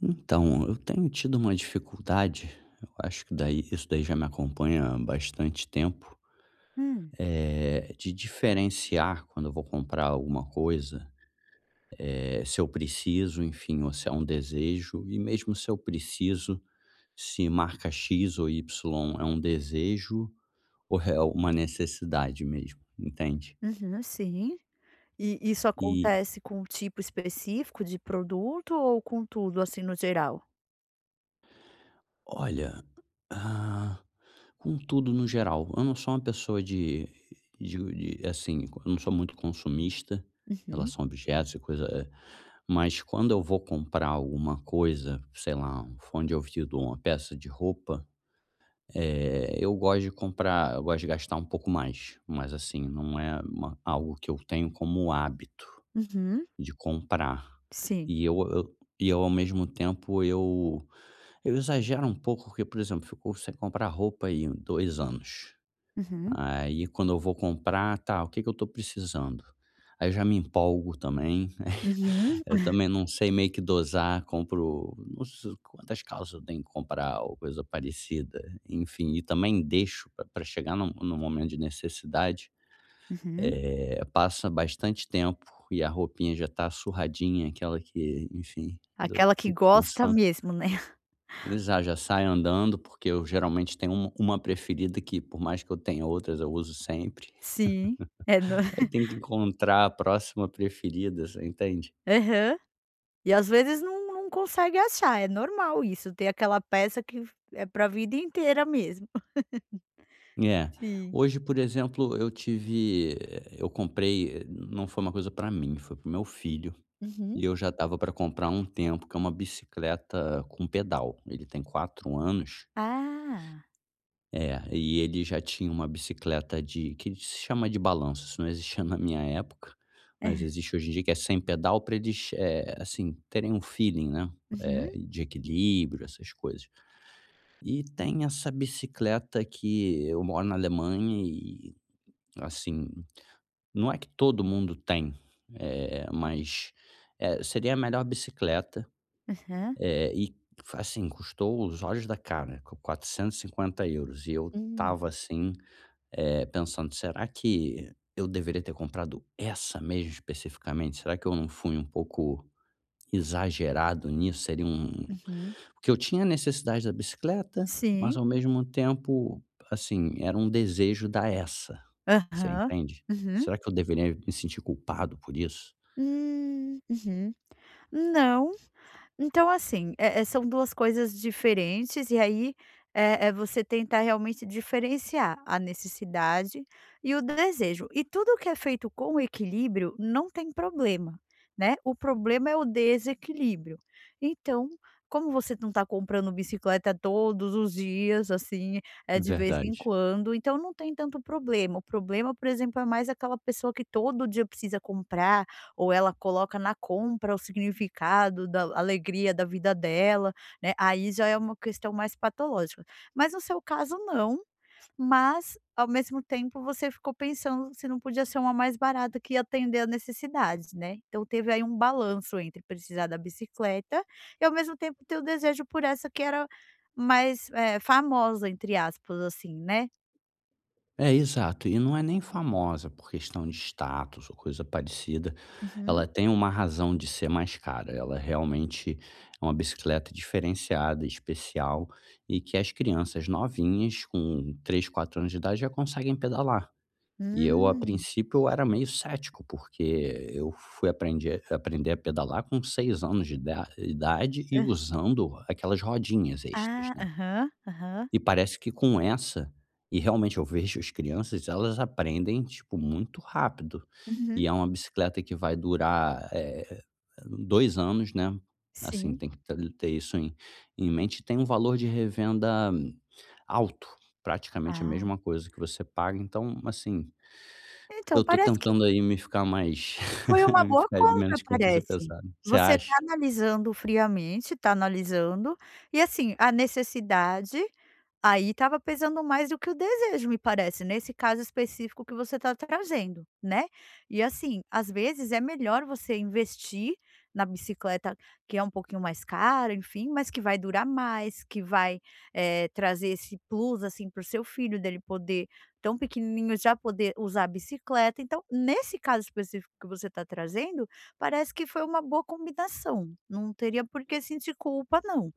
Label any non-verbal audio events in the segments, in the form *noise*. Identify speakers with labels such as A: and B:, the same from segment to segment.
A: Então, eu tenho tido uma dificuldade, eu acho que daí isso daí já me acompanha há bastante tempo,
B: Hum,
A: de diferenciar quando eu vou comprar alguma coisa, se eu preciso, enfim, ou se é um desejo, e mesmo se eu preciso, se marca X ou Y é um desejo ou é uma necessidade mesmo, entende?
B: uhum, sim. E isso
A: E
B: acontece com um tipo específico de produto ou com tudo, assim, no geral?
A: Olha, ah, com tudo no geral, eu não sou uma pessoa de de assim, eu não sou muito consumista em
B: Uhum,
A: relação a objetos e coisa, mas quando eu vou comprar alguma coisa, sei lá, um fone de ouvido ou uma peça de roupa, eu gosto de gastar um pouco mais, mas assim, não é uma algo que eu tenho como hábito
B: uhum,
A: de comprar.
B: sim.
A: E eu ao mesmo tempo eu exagero um pouco, porque, por exemplo, ficou sem comprar roupa aí 2 anos.
B: Uhum,
A: Aí quando eu vou comprar, tá, o que que eu tô precisando? Aí eu já me empolgo também,
B: uhum,
A: *laughs* eu também
B: *laughs*
A: não sei meio que dosar, compro não sei quantas calças eu tenho que comprar ou coisa parecida, enfim, e também deixo para chegar no momento de necessidade,
B: uhum.
A: passa bastante tempo e a roupinha já tá surradinha, aquela que, enfim, eu
B: Aquela que
A: fico
B: gosta
A: pensando.
B: mesmo, né. *laughs*
A: Já, já saio andando, porque eu geralmente tenho uma preferida que, por mais que eu tenha outras, eu uso sempre.
B: Sim, é no
A: Eu tenho que encontrar a próxima preferida, você entende?
B: aham. E às vezes não consegue achar, é normal isso, tem aquela peça que é pra vida inteira mesmo. *laughs*
A: É.
B: Sim.
A: Hoje, por exemplo, eu comprei não foi uma coisa pra mim, foi para meu filho,
B: Uhum.
A: e eu já tava pra comprar há um tempo, que é uma bicicleta com pedal. Ele tem 4 anos.
B: Ah.
A: É, e ele já tinha uma bicicleta de que se chama de balanço, isso não existia *laughs* na minha época, mas
B: Aham.
A: existe hoje em dia, que é sem pedal para eles, assim, terem um feeling, né,
B: Uhum,
A: de equilíbrio, essas coisas. E tem essa bicicleta que eu moro na Alemanha e, assim, não é que todo mundo tem, mas, seria a melhor bicicleta, e assim, custou os olhos da cara, 450 euros e eu
B: hum,
A: tava assim, pensando: "Será que eu deveria ter comprado essa mesmo especificamente? Será que eu não fui um pouco exagerado nisso? Seria um."
B: uhum.
A: Porque eu tinha a necessidade da bicicleta, mas
B: Sim.
A: ao mesmo tempo, assim, era um desejo da essa, você
B: Aham.
A: entende?
B: Uhum.
A: Será que eu deveria me sentir culpado por isso?
B: Uhum. Não, então assim, são 2 coisas diferentes e aí, você tentar realmente diferenciar a necessidade e o desejo. E tudo que é feito com equilíbrio não tem problema, né, o problema é o desequilíbrio. Então, como você não está comprando bicicleta todos os dias, assim, é de vez em
A: Verdade.
B: quando, então não tem tanto problema. O problema, por exemplo, é mais aquela pessoa que todo dia precisa comprar ou ela coloca na compra o significado da alegria da vida dela, né, aí já é uma questão mais patológica. Mas no seu caso não, mas ao mesmo tempo você ficou pensando se não podia ser uma mais barata que ia atender a necessidade, né. Então teve aí um balanço entre precisar da bicicleta e ao mesmo tempo ter o desejo por essa que era mais, "famosa", entre aspas, assim, né.
A: É, exato. E não é nem famosa por questão de status ou coisa parecida.
B: Uhum.
A: Ela tem uma razão de ser mais cara. Ela realmente é uma bicicleta diferenciada, especial e que as crianças novinhas com 3, 4 anos de idade já conseguem pedalar. E eu, a
B: Hum.
A: princípio, eu era meio cético, porque eu fui aprender, aprender a pedalar com 6 anos de idade e
B: Hã.
A: usando aquelas rodinhas extras,
B: Ah,
A: né?
B: aham, aham.
A: E parece que com essa e realmente eu vejo as crianças, elas aprendem, tipo, muito rápido. E
B: Uhum,
A: é uma bicicleta que vai durar, 2 anos, né, assim,
B: sim.
A: tem que ter isso em mente. Tem um valor de revenda, alto, praticamente a
B: Ah.
A: mesma coisa que você paga. Então, assim, eu
B: Então,
A: tô
B: parece que
A: tentando aí me ficar mais
B: foi
A: *laughs*
B: uma
A: me
B: boa
A: ficar de
B: compra,
A: menos quanto isso é
B: parece.
A: pesado. Você
B: Você
A: acha?
B: está analisando friamente, está analisando, e assim, a necessidade aí estava pesando mais do que o desejo, me parece, nesse caso específico que você está trazendo, né. E assim, às vezes é melhor você investir na bicicleta, que é um pouquinho mais cara, enfim, mas que vai durar mais, que vai, trazer esse plus, assim, para o seu filho, dele poder tão pequenininho já poder usar a bicicleta. Então, nesse caso específico que você está trazendo, parece que foi uma boa combinação, não teria por que sentir culpa não.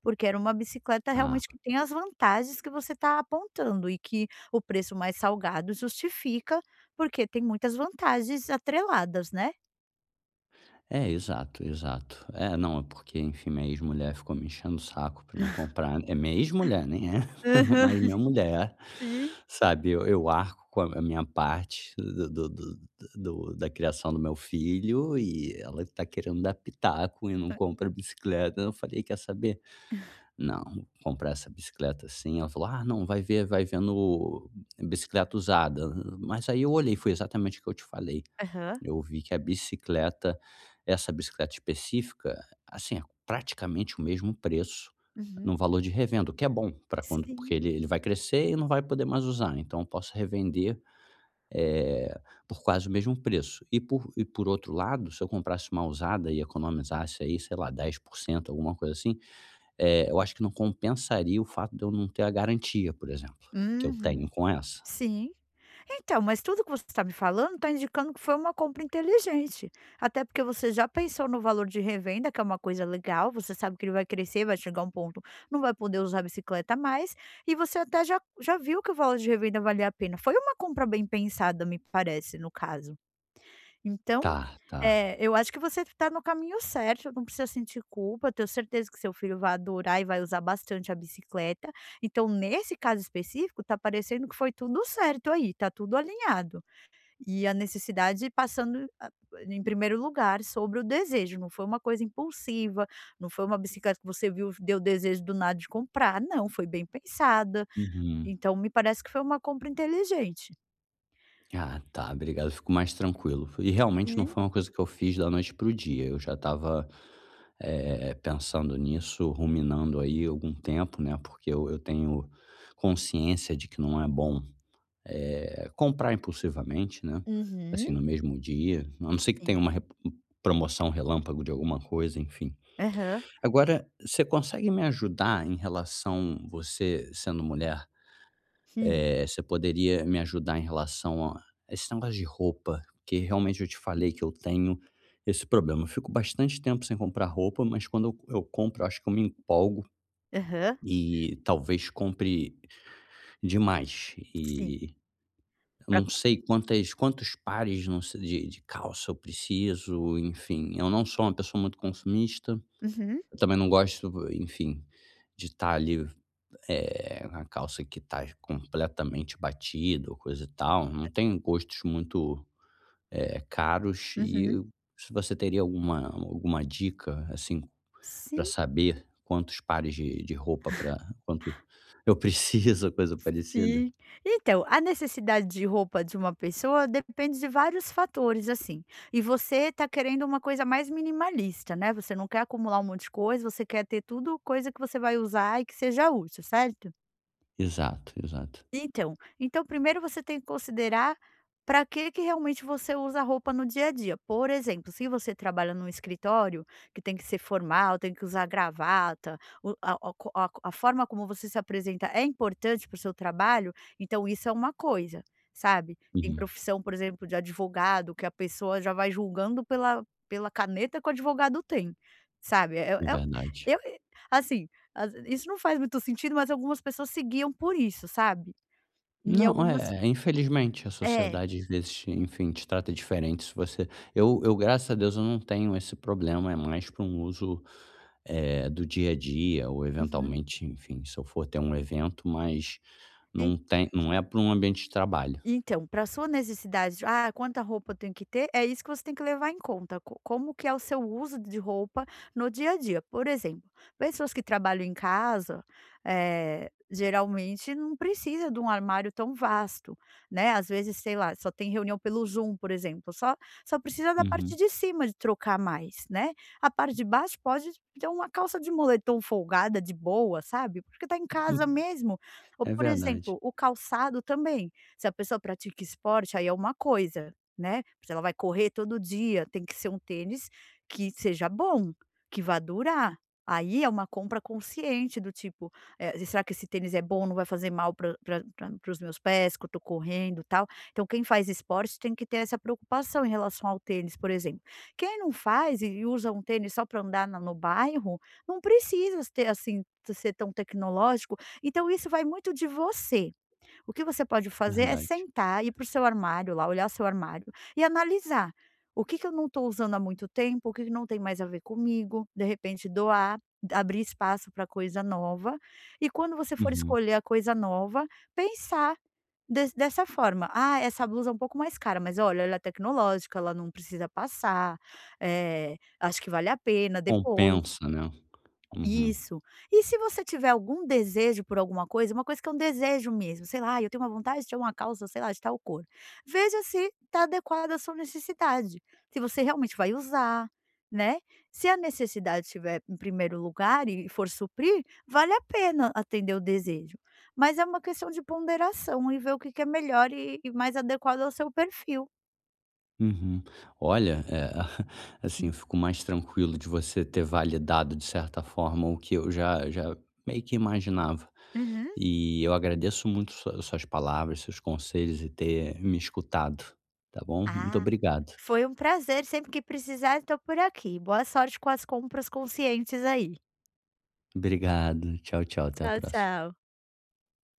B: Porque era uma bicicleta
A: Tá.
B: realmente que tem as vantagens que você está apontando e que o preço mais salgado justifica, porque tem muitas vantagens atreladas, né?
A: É, exato, exato. É, não, é porque, enfim, minha ex-mulher ficou me enchendo o saco pra não
B: *laughs*
A: comprar. É minha ex-mulher, nem é *laughs*
B: Aham,
A: mas minha mulher,
B: sim.
A: sabe? Eu arco com a minha parte da criação do meu filho e ela tá querendo dar pitaco e não compra bicicleta. Eu falei, quer saber? Não, vou comprar essa bicicleta assim. Ela falou, ah, não, vai ver, vai vendo bicicleta usada. Mas aí eu olhei, foi exatamente o que eu te falei.
B: Aham.
A: Eu vi que a bicicleta essa bicicleta específica, assim, é praticamente o mesmo preço
B: Uhum.
A: no valor de revenda, o que é bom para quando porque
B: Sim.
A: ele vai crescer e não vai poder mais usar, então eu posso revender, eh, por quase o mesmo preço. E por outro lado, se eu comprasse uma usada e economizasse aí, sei lá, 10% alguma coisa assim, eu acho que não compensaria o fato de eu não ter a garantia, por exemplo, que eu
B: Uhum.
A: tenho com essa.
B: Sim. Então, mas tudo que você está me falando está indicando que foi uma compra inteligente. Até porque você já pensou no valor de revenda, que é uma coisa legal, você sabe que ele vai crescer, vai chegar um ponto, não vai poder usar a bicicleta mais, e você até já viu que o valor de revenda valia a pena. Foi uma compra bem pensada, me parece, no caso. Então,
A: Tá, tá.
B: é, eu acho que você está no caminho certo, não precisa sentir culpa, tenho certeza que seu filho vai adorar e vai usar bastante a bicicleta. Então, nesse caso específico, tá parecendo que foi tudo certo aí, tá tudo alinhado. E a necessidade passando a em primeiro lugar sobre o desejo, não foi uma coisa impulsiva, não foi uma bicicleta que você viu, deu desejo do nada de comprar, não, foi bem pensada.
A: Uhum.
B: Então me parece que foi uma compra inteligente.
A: Ah, tá, obrigado, fico mais tranquilo. E realmente não
B: Hum.
A: foi uma coisa que eu fiz da noite pro dia, eu já estava, pensando nisso, ruminando aí algum tempo, né, porque eu tenho consciência de que não é bom, comprar impulsivamente, né,
B: Uhum.
A: assim, no mesmo dia, a não ser que
B: Sim.
A: tenha uma re promoção relâmpago de alguma coisa, enfim.
B: Aham.
A: Agora, você consegue me ajudar em relação você sendo mulher,
B: Hum.
A: você poderia me ajudar em relação a esse negócio de roupa, que realmente eu te falei que eu tenho esse problema. Eu fico bastante tempo sem comprar roupa, mas quando eu compro, eu acho que eu me empolgo
B: Aham.
A: e talvez compre demais.
B: Sim.
A: E eu
B: Pra
A: não sei quantas, quantos pares não sei, de calça eu preciso, enfim. Eu não sou uma pessoa muito consumista,
B: Uhum,
A: eu também não gosto, enfim, de estar ali é, uma calça que tá completamente batida ou coisa e tal, não tem gostos muito, caros e
B: uhum.
A: se você teria alguma dica, assim, para
B: Sim.
A: saber quantos pares de roupa para quanto eu preciso, *laughs* coisa parecida?
B: Sim. Então, a necessidade de roupa de uma pessoa depende de vários fatores, assim. E você tá querendo uma coisa mais minimalista, né? Você não quer acumular um monte de coisa, você quer ter tudo coisa que você vai usar e que seja útil, certo?
A: Exato, exato.
B: Então, então, primeiro você tem que considerar para que que realmente você usa a roupa no dia a dia. Por exemplo, se você trabalha num escritório que tem que ser formal, tem que usar gravata, a forma como você se apresenta é importante para o seu trabalho, então isso é uma coisa, sabe? Tem
A: Uhum.
B: profissão, por exemplo, de advogado, que a pessoa já vai julgando pela caneta que o advogado tem, sabe? É-
A: É
B: é-
A: verdade.
B: eu, assim, isso não faz muito sentido, mas algumas pessoas seguiam por isso, sabe? Em
A: Não,
B: algumas
A: é, é, infelizmente a
B: É,
A: sociedade às vezes, enfim, te trata diferente se você eu graças a Deus eu não tenho esse problema, é mais para um uso do dia a dia ou
B: uhum.
A: eventualmente, enfim, se eu for ter um evento, mas não tem não é para um ambiente de trabalho.
B: Então, para sua necessidade de: "Ah, quanta roupa eu tenho que ter", é isso que você tem que levar em conta, co como que é o seu uso de roupa no dia a dia. Por exemplo, pessoas que trabalham em casa, geralmente não precisa de um armário tão vasto, né, às vezes, sei lá, só tem reunião pelo Zoom, por exemplo, só precisa da parte
A: Uhum.
B: de cima de trocar mais, né. A parte de baixo pode ter uma calça de moletom folgada de boa, sabe, porque está em casa
A: Hum,
B: mesmo. Ou,
A: é
B: por
A: verdade,
B: exemplo, o calçado também. Se a pessoa pratica esporte, aí é uma coisa, né, se ela vai correr todo dia, tem que ser um tênis que seja bom, que vá durar. Aí é uma compra consciente do tipo, será que esse tênis é bom, não vai fazer mal pra pra para os meus pés que eu tô correndo, tal. Então quem faz esporte tem que ter essa preocupação em relação ao tênis, por exemplo. Quem não faz e usa um tênis só para andar na no bairro, não precisa ter assim, ser tão tecnológico, então isso vai muito de você. O que você pode fazer é
A: verdade.
B: sentar, ir para o seu armário lá, olhar seu armário e analisar. O que que eu não estou usando há muito tempo, o que que não tem mais a ver comigo, de repente doar, abrir espaço para coisa nova. E quando você for
A: Uhum.
B: escolher a coisa nova, pensar dessa forma: "Ah, essa blusa é um pouco mais cara, mas olha, ela é tecnológica, ela não precisa passar, acho que vale a pena depois".
A: Compensa, né. Uhum,
B: Isso. E se você tiver algum desejo por alguma coisa, uma coisa que é um desejo mesmo, sei lá: "Ah, eu tenho uma vontade de ter uma calça, sei lá, de tal cor", veja se está adequada à sua necessidade, se você realmente vai usar, né. Se a necessidade estiver em primeiro lugar e for suprir, vale a pena atender o desejo, mas é uma questão de ponderação e ver o que que é melhor e mais adequado ao seu perfil.
A: uhum. Olha, *laughs* assim, eu fico mais tranquilo de você ter validado, de certa forma, o que eu já meio que imaginava.
B: Uhum.
A: E eu agradeço muito suas palavras, seus conselhos e ter me escutado, tá bom? Muito
B: Ah,
A: obrigado.
B: foi um prazer. Sempre que precisar, estou por aqui. Boa sorte com as compras conscientes aí.
A: Obrigado. Tchau, tchau. Até a
B: Tchau,
A: próxima.
B: tchau.